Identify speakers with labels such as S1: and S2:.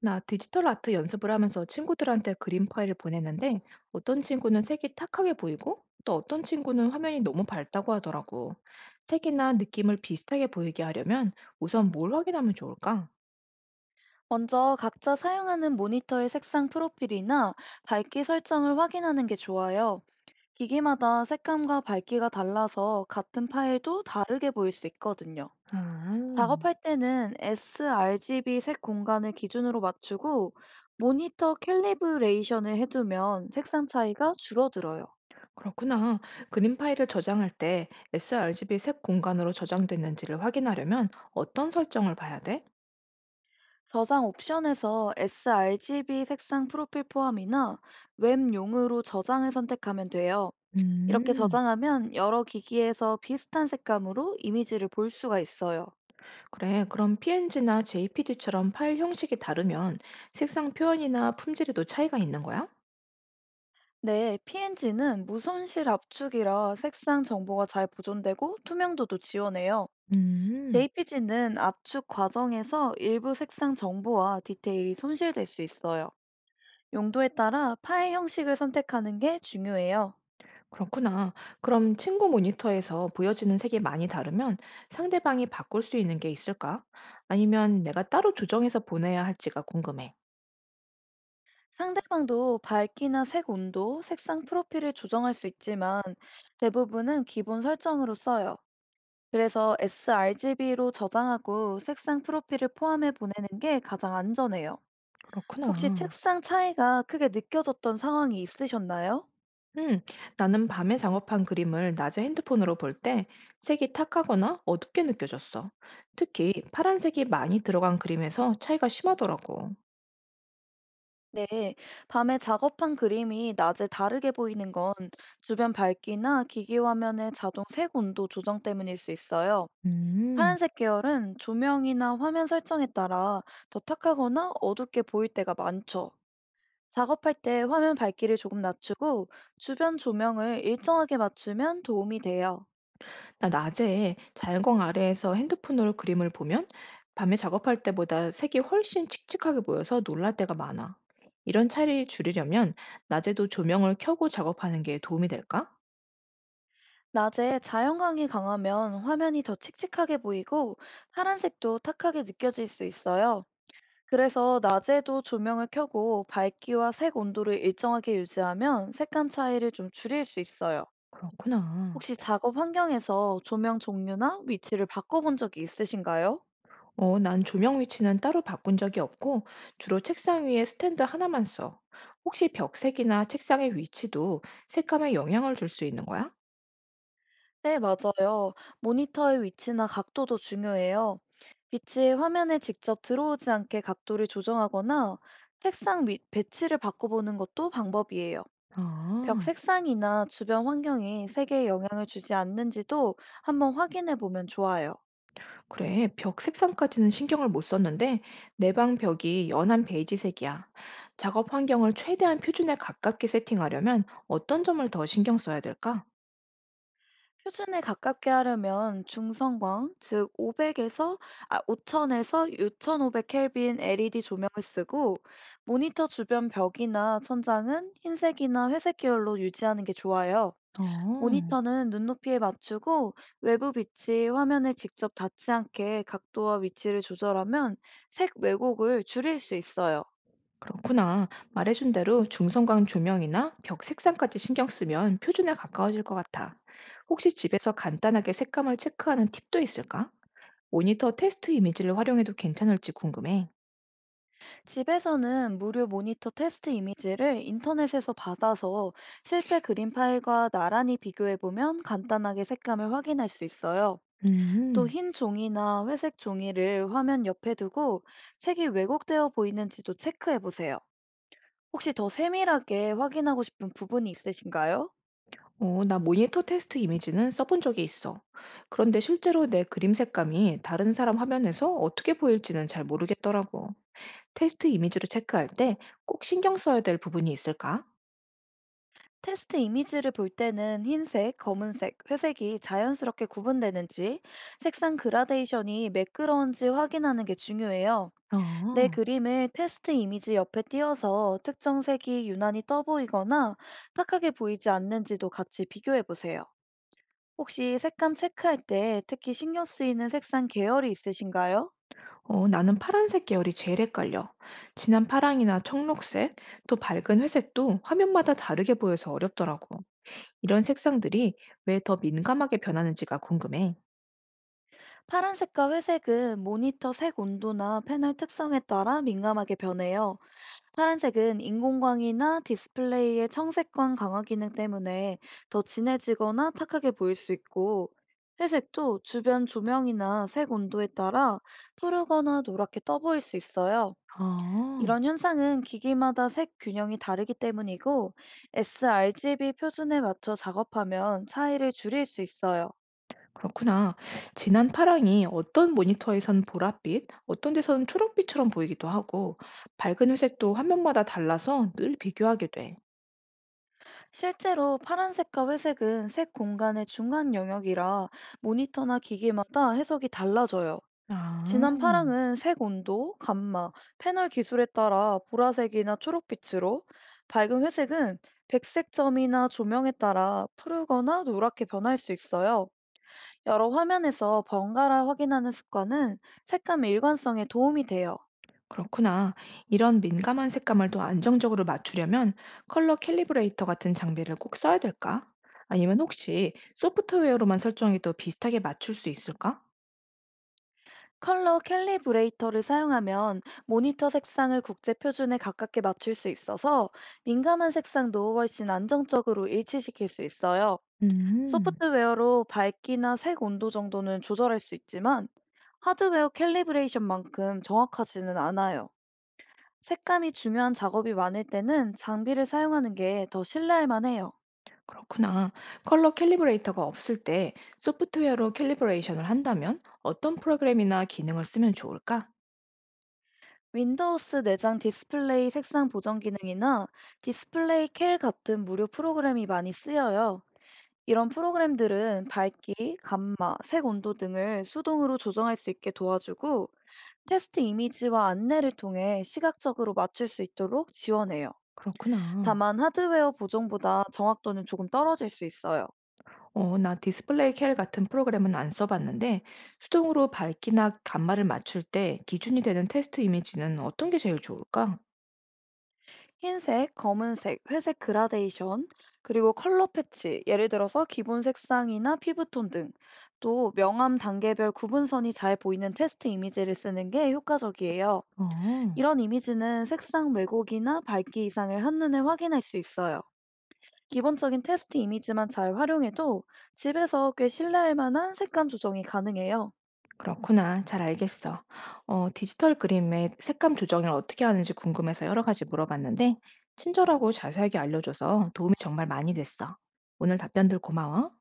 S1: 나 디지털 아트 연습을 하면서 친구들한테 그림 파일을 보냈는데 어떤 친구는 색이 탁하게 보이고 또 어떤 친구는 화면이 너무 밝다고 하더라고. 색이나 느낌을 비슷하게 보이게 하려면 우선 뭘 확인하면 좋을까?
S2: 먼저 각자 사용하는 모니터의 색상 프로필이나 밝기 설정을 확인하는 게 좋아요. 기기마다 색감과 밝기가 달라서 같은 파일도 다르게 보일 수 있거든요.
S1: 아,
S2: 작업할 때는 sRGB 색 공간을 기준으로 맞추고 모니터 캘리브레이션을 해두면 색상 차이가 줄어들어요.
S1: 그렇구나. 그림 파일을 저장할 때 sRGB 색 공간으로 저장됐는지를 확인하려면 어떤 설정을 봐야 돼?
S2: 저장 옵션에서 sRGB 색상 프로필 포함이나 웹용으로 저장을 선택하면 돼요. 이렇게
S1: 음,
S2: 저장하면 여러 기기에서 비슷한 색감으로 이미지를 볼 수가 있어요.
S1: 그래, 그럼 PNG나 JPG처럼 파일 형식이 다르면 색상 표현이나 품질에도 차이가 있는 거야?
S2: 네, PNG는 무손실 압축이라 색상 정보가 잘 보존되고 투명도도 지원해요.
S1: 음,
S2: JPG는 압축 과정에서 일부 색상 정보와 디테일이 손실될 수 있어요. 용도에 따라 파일 형식을 선택하는 게 중요해요.
S1: 그렇구나. 그럼 친구 모니터에서 보여지는 색이 많이 다르면 상대방이 바꿀 수 있는 게 있을까? 아니면 내가 따로 조정해서 보내야 할지가 궁금해.
S2: 상대방도 밝기나 색 온도, 색상 프로필을 조정할 수 있지만 대부분은 기본 설정으로 써요. 그래서 sRGB로 저장하고 색상 프로필을 포함해 보내는 게 가장 안전해요. 혹시
S1: 그렇구나.
S2: 책상 차이가 크게 느껴졌던 상황이 있으셨나요?
S1: 음, 나는 밤에 작업한 그림을 낮에 핸드폰으로 볼 때 색이 탁하거나 어둡게 느껴졌어. 특히 파란색이 많이 들어간 그림에서 차이가 심하더라고.
S2: 네, 밤에 작업한 그림이 낮에 다르게 보이는 건 주변 밝기나 기기 화면의 자동 색 온도 조정 때문일 수 있어요.
S1: 음.
S2: 파란색 계열은 조명이나 화면 설정에 따라 더 탁하거나 어둡게 보일 때가 많죠. 작업할 때 화면 밝기를 조금 낮추고 주변 조명을 일정하게 맞추면 도움이 돼요.
S1: 나 낮에 자연광 아래에서 핸드폰으로 그림을 보면 밤에 작업할 때보다 색이 훨씬 칙칙하게 보여서 놀랄 때가 많아. 이런 차이를 줄이려면 낮에도 조명을 켜고 작업하는 게 도움이 될까?
S2: 낮에 자연광이 강하면 화면이 더 칙칙하게 보이고 파란색도 탁하게 느껴질 수 있어요. 그래서 낮에도 조명을 켜고 밝기와 색 온도를 일정하게 유지하면 색감 차이를 좀 줄일 수 있어요.
S1: 그렇구나.
S2: 혹시 작업 환경에서 조명 종류나 위치를 바꿔본 적이 있으신가요?
S1: 어, 난 조명 위치는 따로 바꾼 적이 없고 주로 책상 위에 스탠드 하나만 써. 혹시 벽색이나 책상의 위치도 색감에 영향을 줄 수 있는 거야?
S2: 네, 맞아요. 모니터의 위치나 각도도 중요해요. 빛이 화면에 직접 들어오지 않게 각도를 조정하거나 색상 및 배치를 바꿔보는 것도 방법이에요. 벽
S1: 아.
S2: 색상이나 주변 환경이 색에 영향을 주지 않는지도 한번 확인해 보면 좋아요.
S1: 그래, 벽 색상까지는 신경을 못 썼는데 내 방 벽이 연한 베이지색이야. 작업 환경을 최대한 표준에 가깝게 세팅하려면 어떤 점을 더 신경 써야 될까?
S2: 표준에 가깝게 하려면 중성광, 즉 5000에서 6500 켈빈 LED 조명을 쓰고 모니터 주변 벽이나 천장은 흰색이나 회색 계열로 유지하는 게 좋아요.
S1: 어,
S2: 모니터는 눈높이에 맞추고 외부 빛이 화면에 직접 닿지 않게 각도와 위치를 조절하면 색 왜곡을 줄일 수 있어요.
S1: 그렇구나. 말해준 대로 중성광 조명이나 벽 색상까지 신경 쓰면 표준에 가까워질 것 같아. 혹시 집에서 간단하게 색감을 체크하는 팁도 있을까? 모니터 테스트 이미지를 활용해도 괜찮을지 궁금해.
S2: 집에서는 무료 모니터 테스트 이미지를 인터넷에서 받아서 실제 그림 파일과 나란히 비교해 보면 간단하게 색감을 확인할 수 있어요. 또
S1: 음.
S2: 흰 종이나 회색 종이를 화면 옆에 두고 색이 왜곡되어 보이는지도 체크해 보세요. 혹시 더 세밀하게 확인하고 싶은 부분이 있으신가요?
S1: 어, 나 모니터 테스트 이미지는 써본 적이 있어. 그런데 실제로 내 그림 색감이 다른 사람 화면에서 어떻게 보일지는 잘 모르겠더라고. 테스트 이미지로 체크할 때 꼭 신경 써야 될 부분이 있을까?
S2: 테스트 이미지를 볼 때는 흰색, 검은색, 회색이 자연스럽게 구분되는지, 색상 그라데이션이 매끄러운지 확인하는 게 중요해요. 내
S1: 어,
S2: 그림을 테스트 이미지 옆에 띄워서 특정 색이 유난히 떠 보이거나 탁하게 보이지 않는지도 같이 비교해 보세요. 혹시 색감 체크할 때 특히 신경 쓰이는 색상 계열이 있으신가요?
S1: 어, 나는 파란색 계열이 제일 헷갈려. 진한 파랑이나 청록색, 또 밝은 회색도 화면마다 다르게 보여서 어렵더라고. 이런 색상들이 왜 더 민감하게 변하는지가 궁금해.
S2: 파란색과 회색은 모니터 색 온도나 패널 특성에 따라 민감하게 변해요. 파란색은 인공광이나 디스플레이의 청색광 강화 기능 때문에 더 진해지거나 탁하게 보일 수 있고, 회색도 주변 조명이나 색 온도에 따라 푸르거나 노랗게 떠보일 수 있어요.
S1: 어.
S2: 이런 현상은 기기마다 색 균형이 다르기 때문이고, sRGB 표준에 맞춰 작업하면 차이를 줄일 수 있어요.
S1: 그렇구나. 진한 파랑이 어떤 모니터에선 보랏빛, 어떤 데서는 초록빛처럼 보이기도 하고, 밝은 회색도 화면마다 달라서 늘 비교하게 돼.
S2: 실제로 파란색과 회색은 색 공간의 중간 영역이라 모니터나 기기마다 해석이 달라져요.
S1: 아,
S2: 진한 파랑은 색 온도, 감마, 패널 기술에 따라 보라색이나 초록빛으로, 밝은 회색은 백색 점이나 조명에 따라 푸르거나 노랗게 변할 수 있어요. 여러 화면에서 번갈아 확인하는 습관은 색감의 일관성에 도움이 돼요.
S1: 그렇구나. 이런 민감한 색감을 더 안정적으로 맞추려면 컬러 캘리브레이터 같은 장비를 꼭 써야 될까? 아니면 혹시 소프트웨어로만 설정해도 비슷하게 맞출 수 있을까?
S2: 컬러 캘리브레이터를 사용하면 모니터 색상을 국제 표준에 가깝게 맞출 수 있어서 민감한 색상도 훨씬 안정적으로 일치시킬 수 있어요.
S1: 음.
S2: 소프트웨어로 밝기나 색 온도 정도는 조절할 수 있지만 하드웨어 캘리브레이션만큼 정확하지는 않아요. 색감이 중요한 작업이 많을 때는 장비를 사용하는 게 더 신뢰할 만해요.
S1: 그렇구나. 컬러 캘리브레이터가 없을 때 소프트웨어로 캘리브레이션을 한다면 어떤 프로그램이나 기능을 쓰면 좋을까?
S2: 윈도우스 내장 디스플레이 색상 보정 기능이나 디스플레이 캘 같은 무료 프로그램이 많이 쓰여요. 이런 프로그램들은 밝기, 감마, 색 온도 등을 수동으로 조정할 수 있게 도와주고 테스트 이미지와 안내를 통해 시각적으로 맞출 수 있도록 지원해요.
S1: 그렇구나.
S2: 다만 하드웨어 보정보다 정확도는 조금 떨어질 수 있어요.
S1: 어, 나 디스플레이 캘 같은 프로그램은 안 써봤는데 수동으로 밝기나 감마를 맞출 때 기준이 되는 테스트 이미지는 어떤 게 제일 좋을까?
S2: 흰색, 검은색, 회색 그라데이션, 그리고 컬러 패치, 예를 들어서 기본 색상이나 피부톤 등, 또 명암 단계별 구분선이 잘 보이는 테스트 이미지를 쓰는 게 효과적이에요.
S1: 어,
S2: 이런 이미지는 색상 왜곡이나 밝기 이상을 한눈에 확인할 수 있어요. 기본적인 테스트 이미지만 잘 활용해도 집에서 꽤 신뢰할 만한 색감 조정이 가능해요.
S1: 그렇구나. 잘 알겠어. 어, 디지털 그림의 색감 조정을 어떻게 하는지 궁금해서 여러 가지 물어봤는데 친절하고 자세하게 알려줘서 도움이 정말 많이 됐어. 오늘 답변들 고마워.